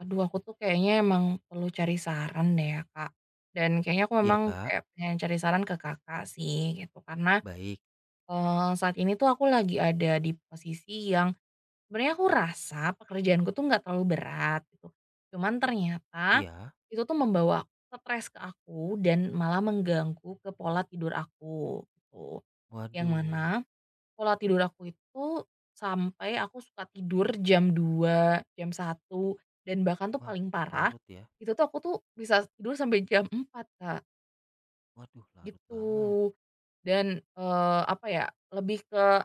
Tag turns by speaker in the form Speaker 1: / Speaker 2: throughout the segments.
Speaker 1: Aduh aku tuh kayaknya emang perlu cari saran deh ya, Kak. Dan kayaknya aku
Speaker 2: Iya
Speaker 1: memang
Speaker 2: Kak,
Speaker 1: kayak pengen cari saran ke Kakak sih gitu, karena,
Speaker 2: baik.
Speaker 1: saat ini tuh aku lagi ada di posisi yang sebenarnya aku rasa pekerjaanku tuh nggak terlalu berat gitu. Cuman ternyata
Speaker 2: Iya.
Speaker 1: itu tuh membawa stres ke aku dan malah mengganggu ke pola tidur aku, gitu. Yang mana
Speaker 2: Waduh.
Speaker 1: pola tidur aku itu sampai aku suka tidur jam 2, jam satu, dan bahkan tuh
Speaker 2: Wah
Speaker 1: paling
Speaker 2: cukup
Speaker 1: parah,
Speaker 2: larut ya.
Speaker 1: itu tuh aku tuh bisa tidur sampai jam empat, Kak,
Speaker 2: Waduh larut
Speaker 1: gitu.
Speaker 2: banget.
Speaker 1: Dan, apa ya, lebih ke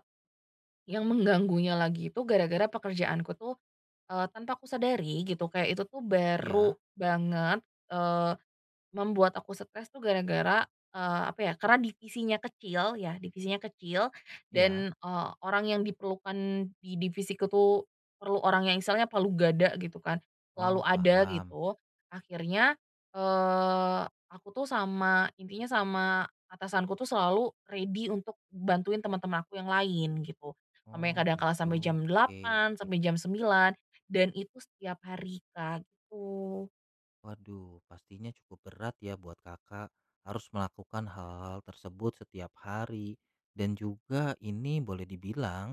Speaker 1: yang mengganggunya lagi itu gara-gara pekerjaanku tuh, tanpa aku sadari gitu, kayak itu tuh baru
Speaker 2: Iya,
Speaker 1: banget, membuat aku stres tuh gara-gara, apa ya, karena divisinya kecil ya, divisinya kecil,
Speaker 2: iya.
Speaker 1: dan, orang yang diperlukan di divisiku tuh perlu orang yang istilahnya palu gada gitu kan, selalu
Speaker 2: Oh
Speaker 1: ada
Speaker 2: paham.
Speaker 1: gitu. Akhirnya, eee, aku tuh sama intinya sama atasanku tuh selalu ready untuk bantuin teman-teman aku yang lain gitu. Sampai
Speaker 2: Oh
Speaker 1: kadang kala
Speaker 2: gitu.
Speaker 1: sampai jam
Speaker 2: Oke.
Speaker 1: delapan sampai jam sembilan, dan itu setiap hari, Kak, gitu.
Speaker 2: Waduh, pastinya cukup berat ya buat Kakak harus melakukan hal-hal tersebut setiap hari dan juga ini boleh dibilang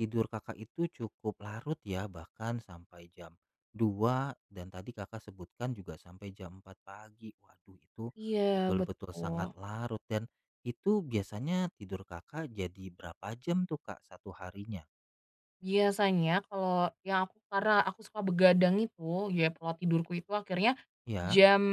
Speaker 2: tidur Kakak itu cukup larut ya, bahkan sampai jam dua, dan tadi Kakak sebutkan juga sampai jam 4 pagi. Waduh itu
Speaker 1: Iya,
Speaker 2: betul-betul sangat
Speaker 1: betul.
Speaker 2: larut dan itu biasanya tidur Kakak jadi berapa jam tuh, Kak, satu harinya?
Speaker 1: Biasanya kalau yang aku karena aku suka begadang itu, ya pola tidurku itu akhirnya
Speaker 2: Ya?
Speaker 1: jam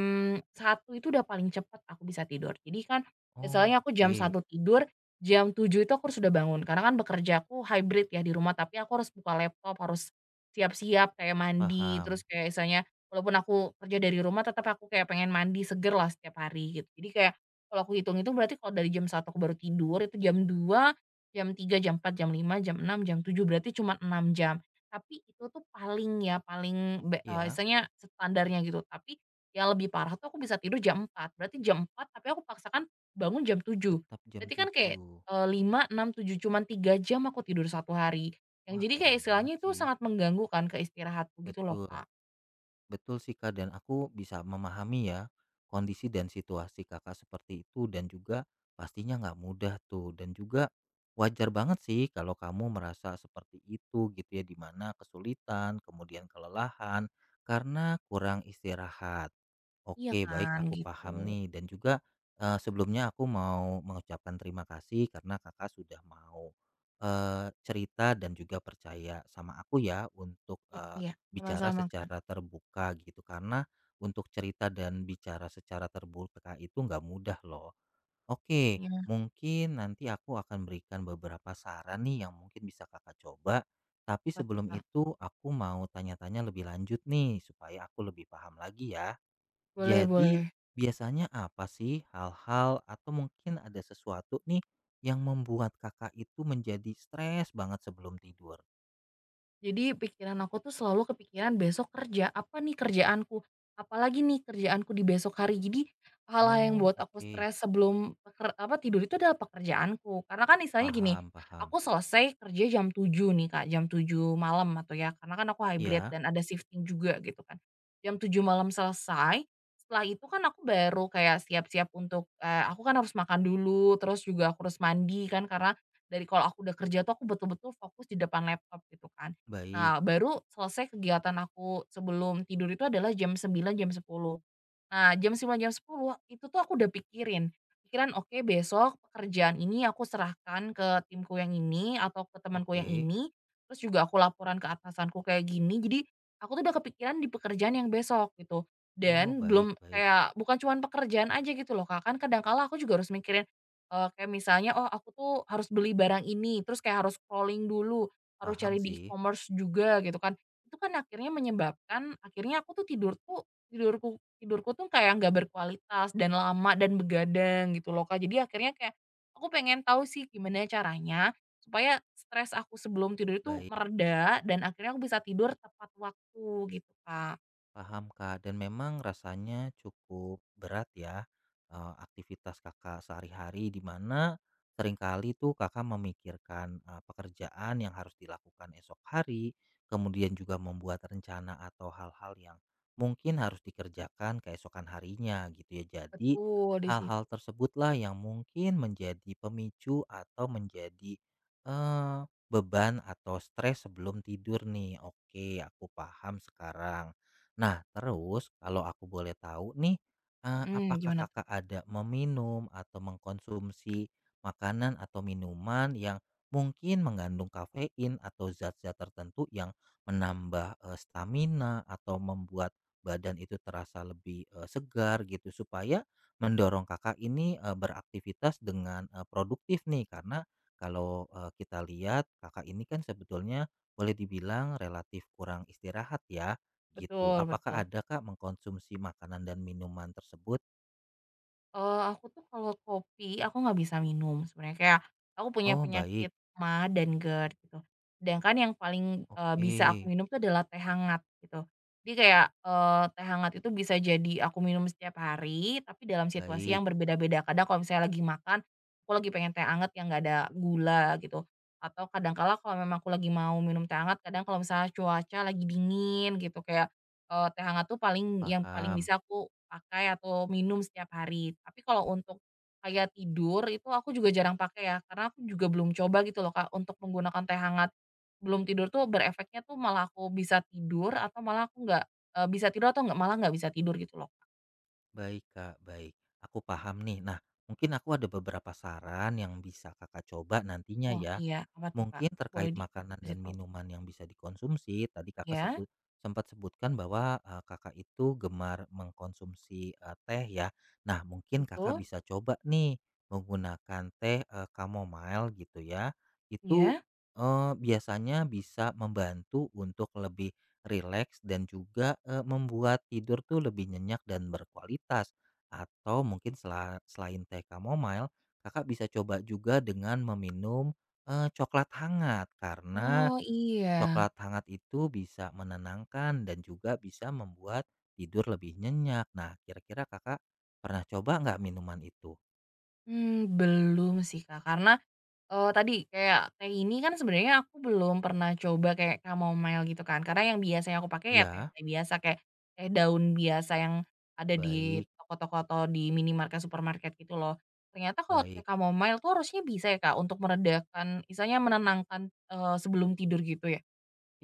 Speaker 1: satu itu udah paling cepat aku bisa tidur. Jadi kan
Speaker 2: Oh,
Speaker 1: misalnya aku jam
Speaker 2: oke,
Speaker 1: satu tidur, jam tujuh itu aku sudah bangun. Karena kan bekerjaku hybrid ya di rumah, tapi aku harus buka laptop, harus siap-siap kayak mandi, terus
Speaker 2: paham.
Speaker 1: kayak misalnya walaupun aku kerja dari rumah tetap aku kayak pengen mandi seger lah setiap hari gitu. Jadi kayak kalau aku hitung itu berarti kalau dari jam satu aku baru tidur, itu jam dua, jam tiga, jam empat, jam lima, jam enam, jam tujuh, berarti cuma 6 jam. Tapi itu tuh paling ya, paling
Speaker 2: Ya,
Speaker 1: istilahnya standarnya gitu. Tapi yang lebih parah tuh aku bisa tidur jam empat, berarti jam 4 tapi aku paksakan bangun jam tujuh.
Speaker 2: tetap jam
Speaker 1: Berarti kan kayak,
Speaker 2: 7.
Speaker 1: 5, 6, 7, cuman 3 jam aku tidur satu hari. Yang
Speaker 2: Wah,
Speaker 1: jadi kayak
Speaker 2: kurang banget
Speaker 1: istilahnya itu
Speaker 2: sih.
Speaker 1: sangat mengganggu kan ke istirahatku gitu loh,
Speaker 2: Betul.
Speaker 1: Kak.
Speaker 2: Betul sih Kak, dan aku bisa memahami ya kondisi dan situasi Kakak seperti itu dan juga pastinya nggak mudah tuh dan juga wajar banget sih kalau kamu merasa seperti itu gitu ya di mana kesulitan, kemudian kelelahan karena kurang istirahat.
Speaker 1: Iya
Speaker 2: Oke, baik
Speaker 1: kan,
Speaker 2: aku
Speaker 1: gitu.
Speaker 2: paham nih dan juga, sebelumnya aku mau mengucapkan terima kasih karena Kakak sudah mau, cerita dan juga percaya sama aku ya untuk,
Speaker 1: Mhm,
Speaker 2: eee,
Speaker 1: iya,
Speaker 2: bicara
Speaker 1: sama-sama,
Speaker 2: secara
Speaker 1: Kak.
Speaker 2: terbuka gitu karena untuk cerita dan bicara secara terbuka itu nggak mudah loh. Oke,
Speaker 1: Iya,
Speaker 2: mungkin nanti aku akan berikan beberapa saran nih yang mungkin bisa Kakak coba, tapi
Speaker 1: tepat,
Speaker 2: sebelum
Speaker 1: Kak.
Speaker 2: itu aku mau tanya-tanya lebih lanjut nih supaya aku lebih paham lagi ya.
Speaker 1: Boleh,
Speaker 2: Jadi,
Speaker 1: boleh.
Speaker 2: biasanya apa sih hal-hal atau mungkin ada sesuatu nih yang membuat Kakak itu menjadi stres banget sebelum tidur?
Speaker 1: Jadi pikiran aku tuh selalu kepikiran besok kerja, apa nih kerjaanku? Apalagi nih kerjaanku di besok hari. Jadi hal yang
Speaker 2: Oh,
Speaker 1: buat aku
Speaker 2: oke.
Speaker 1: stres sebelum apa tidur itu adalah pekerjaanku. Karena kan misalnya gini,
Speaker 2: Paham, paham.
Speaker 1: aku selesai kerja jam 7 nih Kak, jam 7 malam atau ya. Karena kan aku hybrid
Speaker 2: Iya,
Speaker 1: dan ada shifting juga gitu kan. Jam 7 malam selesai, setelah itu kan aku baru kayak siap-siap untuk eh, aku kan harus makan dulu, terus juga aku harus mandi kan karena dari kalau aku udah kerja tuh aku betul-betul fokus di depan laptop gitu kan.
Speaker 2: baik.
Speaker 1: Nah, baru selesai kegiatan aku sebelum tidur itu adalah jam sembilan, jam 10. Nah, jam 9, jam 10 itu tuh aku udah pikirin. Pikiran, "Oke, besok pekerjaan ini aku serahkan ke timku yang ini atau ke temanku yang
Speaker 2: Oke.
Speaker 1: ini, terus juga aku laporan ke atasanku kayak gini." Jadi, aku tuh udah kepikiran di pekerjaan yang besok gitu.
Speaker 2: Oh,
Speaker 1: Dan
Speaker 2: baik,
Speaker 1: belum
Speaker 2: baik.
Speaker 1: kayak bukan cuman pekerjaan aja gitu loh, Kak, kan kadang kala aku juga harus mikirin, kayak misalnya, "Oh, aku tuh harus beli barang ini," terus kayak harus scrolling dulu, harus
Speaker 2: Paham
Speaker 1: cari di
Speaker 2: sih.
Speaker 1: e-commerce juga gitu kan. Itu kan akhirnya menyebabkan akhirnya aku tuh tidurku tuh kayak nggak berkualitas dan lama dan begadang gitu loh, Kak. Jadi akhirnya kayak aku pengen tahu sih gimana caranya supaya stres aku sebelum tidur itu
Speaker 2: Baik.
Speaker 1: mereda dan akhirnya aku bisa tidur tepat waktu gitu, Kak.
Speaker 2: Paham, Kak, dan memang rasanya cukup berat ya, aktivitas Kakak sehari-hari di mana seringkali tuh Kakak memikirkan pekerjaan yang harus dilakukan esok hari, kemudian juga membuat rencana atau hal-hal yang mungkin harus dikerjakan keesokan harinya gitu ya. Jadi
Speaker 1: Betul di situ.
Speaker 2: hal-hal tersebutlah yang mungkin menjadi pemicu atau menjadi eh, beban atau stres sebelum tidur nih. Oke, aku paham sekarang. Nah, terus kalau aku boleh tahu nih,
Speaker 1: Mhm,
Speaker 2: apakah
Speaker 1: gimana tuh?
Speaker 2: Kakak ada meminum atau mengkonsumsi makanan atau minuman yang mungkin mengandung kafein atau zat-zat tertentu yang menambah stamina atau membuat badan itu terasa lebih segar gitu supaya mendorong Kakak ini beraktivitas dengan produktif nih karena kalau kita lihat Kakak ini kan sebetulnya boleh dibilang relatif kurang istirahat ya. Gitu.
Speaker 1: Betul,
Speaker 2: Apakah
Speaker 1: betul.
Speaker 2: ada Kak mengkonsumsi makanan dan minuman tersebut?
Speaker 1: Aku tuh kalau kopi, aku nggak bisa minum sebenarnya, kayak aku punya
Speaker 2: Oh, baik.
Speaker 1: penyakit dan GERD gitu. Sedangkan yang paling,
Speaker 2: Oke.
Speaker 1: bisa aku minum tuh adalah teh hangat gitu. Jadi kayak, teh hangat itu bisa jadi aku minum setiap hari, tapi dalam situasi
Speaker 2: Baik,
Speaker 1: yang berbeda-beda. Kadang kalau misalnya lagi makan, aku lagi pengen teh hangat yang nggak ada gula gitu, atau kadang kala kalau memang aku lagi mau minum teh hangat, kadang kalau misalnya cuaca lagi dingin gitu, kayak, teh hangat tuh paling yang paling
Speaker 2: paham.
Speaker 1: bisa aku pakai atau minum setiap hari. Tapi kalau untuk kayak tidur itu aku juga jarang pakai ya, karena aku juga belum coba gitu loh, Kak, untuk menggunakan teh hangat belum tidur tuh berefeknya tuh malah aku bisa tidur atau malah aku nggak, bisa tidur atau nggak malah nggak bisa tidur gitu loh, Kak.
Speaker 2: Baik Kak, baik. Aku paham nih. Nah, mungkin aku ada beberapa saran yang bisa Kakak coba nantinya
Speaker 1: Oh
Speaker 2: ya.
Speaker 1: iya, apa tuh, Kak?
Speaker 2: Mungkin
Speaker 1: Boleh
Speaker 2: terkait makanan
Speaker 1: dikasih
Speaker 2: dan
Speaker 1: tahu?
Speaker 2: minuman yang bisa dikonsumsi, tadi Kakak
Speaker 1: Ya,
Speaker 2: sebut sempat sebutkan bahwa Kakak itu gemar mengkonsumsi teh ya. Nah, mungkin Kakak
Speaker 1: itu?
Speaker 2: bisa coba nih menggunakan teh chamomile gitu ya. Itu,
Speaker 1: Ya.
Speaker 2: eee, biasanya bisa membantu untuk lebih rileks dan juga membuat tidur tuh lebih nyenyak dan berkualitas. Atau mungkin selain teh chamomile, Kakak bisa coba juga dengan meminum coklat hangat, karena
Speaker 1: Oh iya.
Speaker 2: coklat hangat itu bisa menenangkan dan juga bisa membuat tidur lebih nyenyak. Nah, kira-kira Kakak pernah coba nggak minuman itu?
Speaker 1: Mmm, belum sih, Kak, karena tadi kayak teh ini kan sebenarnya aku belum pernah coba kayak chamomile gitu kan, karena yang biasanya aku pakai ya
Speaker 2: Ya,
Speaker 1: teh-teh biasa kayak teh daun biasa yang ada di
Speaker 2: baik
Speaker 1: toko-toko atau di minimarket, supermarket gitu loh. Ternyata kalau teh
Speaker 2: baik.
Speaker 1: chamomile tuh harusnya bisa ya, Kak, untuk meredakan istilahnya menenangkan, sebelum tidur gitu ya?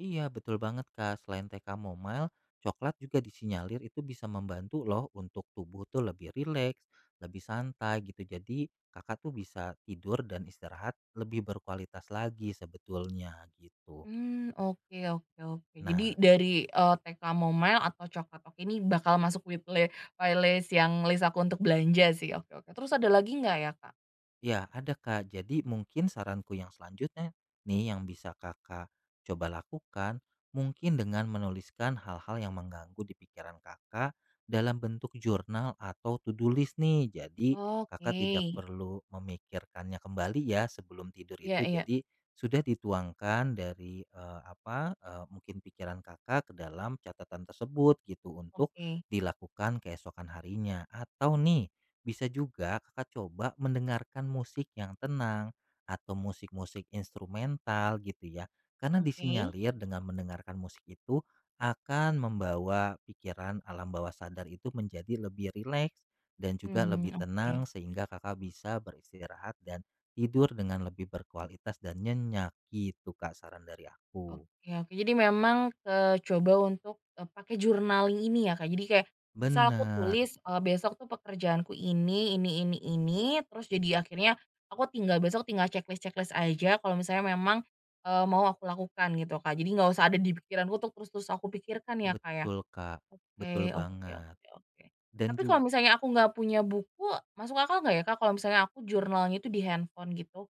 Speaker 2: Iya, betul banget, Kak. Selain teh chamomile, coklat juga disinyalir itu bisa membantu loh untuk tubuh tuh lebih rileks, lebih santai gitu. Jadi Kakak tuh bisa tidur dan istirahat lebih berkualitas lagi sebetulnya, gitu.
Speaker 1: Mmm, oke oke oke. Jadi
Speaker 2: Nah,
Speaker 1: dari, teh chamomile atau coklat oke ini bakal masuk wetle playlist yang list aku untuk belanja sih. Oke oke. Terus ada lagi nggak ya, Kak?
Speaker 2: ya, ada Kak. Jadi mungkin saranku yang selanjutnya nih yang bisa Kakak coba lakukan mungkin dengan menuliskan hal-hal yang mengganggu di pikiran Kakak dalam bentuk jurnal atau to-do list nih. Jadi Kakak tidak
Speaker 1: Oke.
Speaker 2: perlu memikirkannya kembali ya sebelum tidur
Speaker 1: Iya
Speaker 2: itu.
Speaker 1: iya.
Speaker 2: Jadi sudah dituangkan dari mungkin pikiran Kakak ke dalam catatan tersebut gitu untuk
Speaker 1: Oke
Speaker 2: dilakukan keesokan harinya. Atau nih, bisa juga kakak coba mendengarkan musik yang tenang atau musik-musik instrumental gitu ya. Karena
Speaker 1: oke.
Speaker 2: disinyalir dengan mendengarkan musik itu akan membawa pikiran alam bawah sadar itu menjadi lebih rileks dan juga lebih
Speaker 1: Mmm, oke
Speaker 2: tenang sehingga kakak bisa beristirahat dan tidur dengan lebih berkualitas dan nyenyak gitu kak saran dari aku.
Speaker 1: oke oke. Jadi memang, coba untuk, pakai journaling ini ya, Kak. Jadi kayak misal aku
Speaker 2: Bener,
Speaker 1: tulis, besok tuh pekerjaanku ini, terus jadi akhirnya aku tinggal besok tinggal checklist-checklist aja kalau misalnya memang, mau aku lakukan gitu, Kak. Jadi nggak usah ada di pikiranku untuk terus-terus aku pikirkan ya, Kak, ya.
Speaker 2: betul kak, betul
Speaker 1: Oke oke
Speaker 2: banget.
Speaker 1: oke oke.
Speaker 2: Dan
Speaker 1: Tapi kalau
Speaker 2: juga
Speaker 1: misalnya aku nggak punya buku, masuk akal nggak ya, Kak, kalau misalnya aku jurnalnya itu di handphone gitu?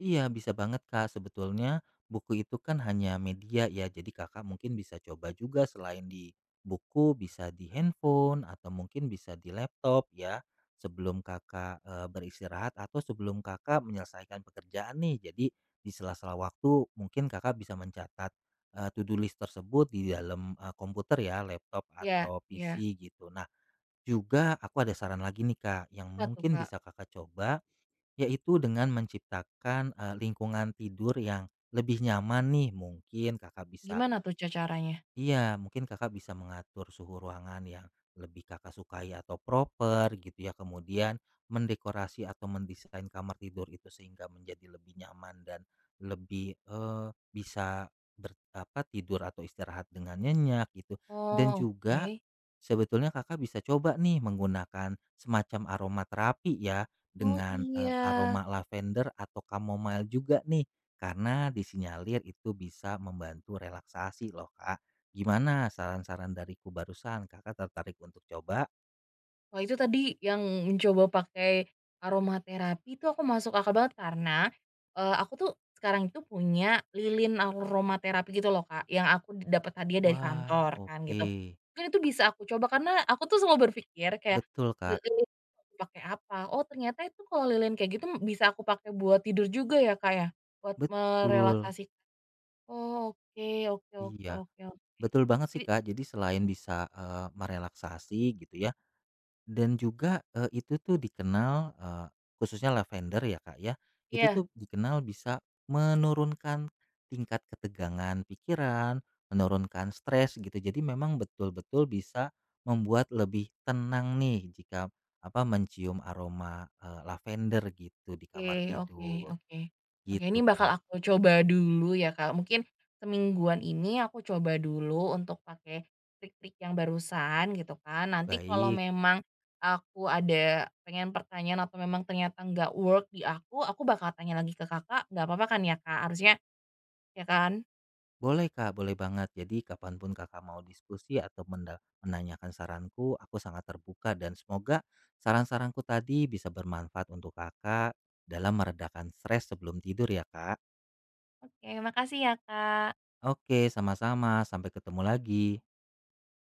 Speaker 2: iya, bisa banget Kak. Sebetulnya buku itu kan hanya media ya. Jadi Kakak mungkin bisa coba juga selain di buku bisa di handphone atau mungkin bisa di laptop ya. Sebelum Kakak beristirahat atau sebelum Kakak menyelesaikan pekerjaan nih. Jadi di sela-sela waktu mungkin Kakak bisa mencatat to-do list tersebut di dalam komputer ya, laptop
Speaker 1: Iya
Speaker 2: atau
Speaker 1: iya.
Speaker 2: PC gitu. Nah, juga aku ada saran lagi nih Kak yang
Speaker 1: Apa tuh,
Speaker 2: mungkin
Speaker 1: Kak?
Speaker 2: bisa Kakak coba yaitu dengan menciptakan lingkungan tidur yang lebih nyaman nih mungkin Kakak bisa.
Speaker 1: Gimana tuh caranya?
Speaker 2: Iya, mungkin Kakak bisa mengatur suhu ruangan yang lebih Kakak sukai atau proper gitu ya. Kemudian mendekorasi atau mendesain kamar tidur itu sehingga menjadi lebih nyaman dan lebih eh, bisa ber, apa tidur atau istirahat dengan nyenyak gitu. Dan
Speaker 1: Oh,
Speaker 2: juga
Speaker 1: oke.
Speaker 2: sebetulnya Kakak bisa coba nih menggunakan semacam aroma terapi ya
Speaker 1: Oh,
Speaker 2: dengan
Speaker 1: iya.
Speaker 2: aroma lavender atau chamomile juga nih karena disinyalir itu bisa membantu relaksasi loh, Kak. Gimana saran-saran dariku barusan? Kakak tertarik untuk coba?
Speaker 1: Wah, itu tadi yang mencoba pakai aromaterapi itu aku masuk akal banget karena, aku tuh sekarang itu punya lilin aromaterapi gitu loh, Kak, yang aku dapat hadiah dari
Speaker 2: Wah,
Speaker 1: kantor kan
Speaker 2: oke.
Speaker 1: gitu. Kan itu bisa aku coba karena aku tuh selalu berpikir kayak,
Speaker 2: Betul,
Speaker 1: li
Speaker 2: Kak.
Speaker 1: lilin aku pakai apa? Oh, ternyata itu kalau lilin kayak gitu bisa aku pakai buat tidur juga ya, Kak, ya? Buat
Speaker 2: Betul.
Speaker 1: merelaksasi. Oh, oke oke oke
Speaker 2: Iya,
Speaker 1: oke oke.
Speaker 2: betul banget sih,
Speaker 1: Jadi
Speaker 2: Kak. Jadi selain bisa merelaksasi gitu ya. Dan juga, itu tuh dikenal, khususnya lavender ya, Kak, ya, itu
Speaker 1: iya,
Speaker 2: tuh dikenal bisa menurunkan tingkat ketegangan pikiran, menurunkan stres gitu. Jadi memang betul-betul bisa membuat lebih tenang nih jika mencium aroma lavender gitu di
Speaker 1: oke
Speaker 2: kamar
Speaker 1: oke
Speaker 2: tidur,
Speaker 1: oke. Oke, ini
Speaker 2: gitu,
Speaker 1: bakal
Speaker 2: Kak.
Speaker 1: aku coba dulu ya, Kak. Mungkin semingguan ini aku coba dulu untuk pakai trik-trik yang barusan gitu kan. Nanti kalau
Speaker 2: Baik.
Speaker 1: memang aku ada pengen pertanyaan atau memang ternyata nggak work di aku bakal tanya lagi ke Kakak, nggak apa-apa kan ya, Kak? Harusnya ya kan?
Speaker 2: Boleh Kak, boleh banget. Jadi kapanpun Kakak mau diskusi atau menanyakan saranku, aku sangat terbuka dan semoga saran-saranku tadi bisa bermanfaat untuk Kakak dalam meredakan stres sebelum tidur ya Kak.
Speaker 1: Oke, makasih ya, Kak.
Speaker 2: Oke, sama-sama. Sampai ketemu lagi.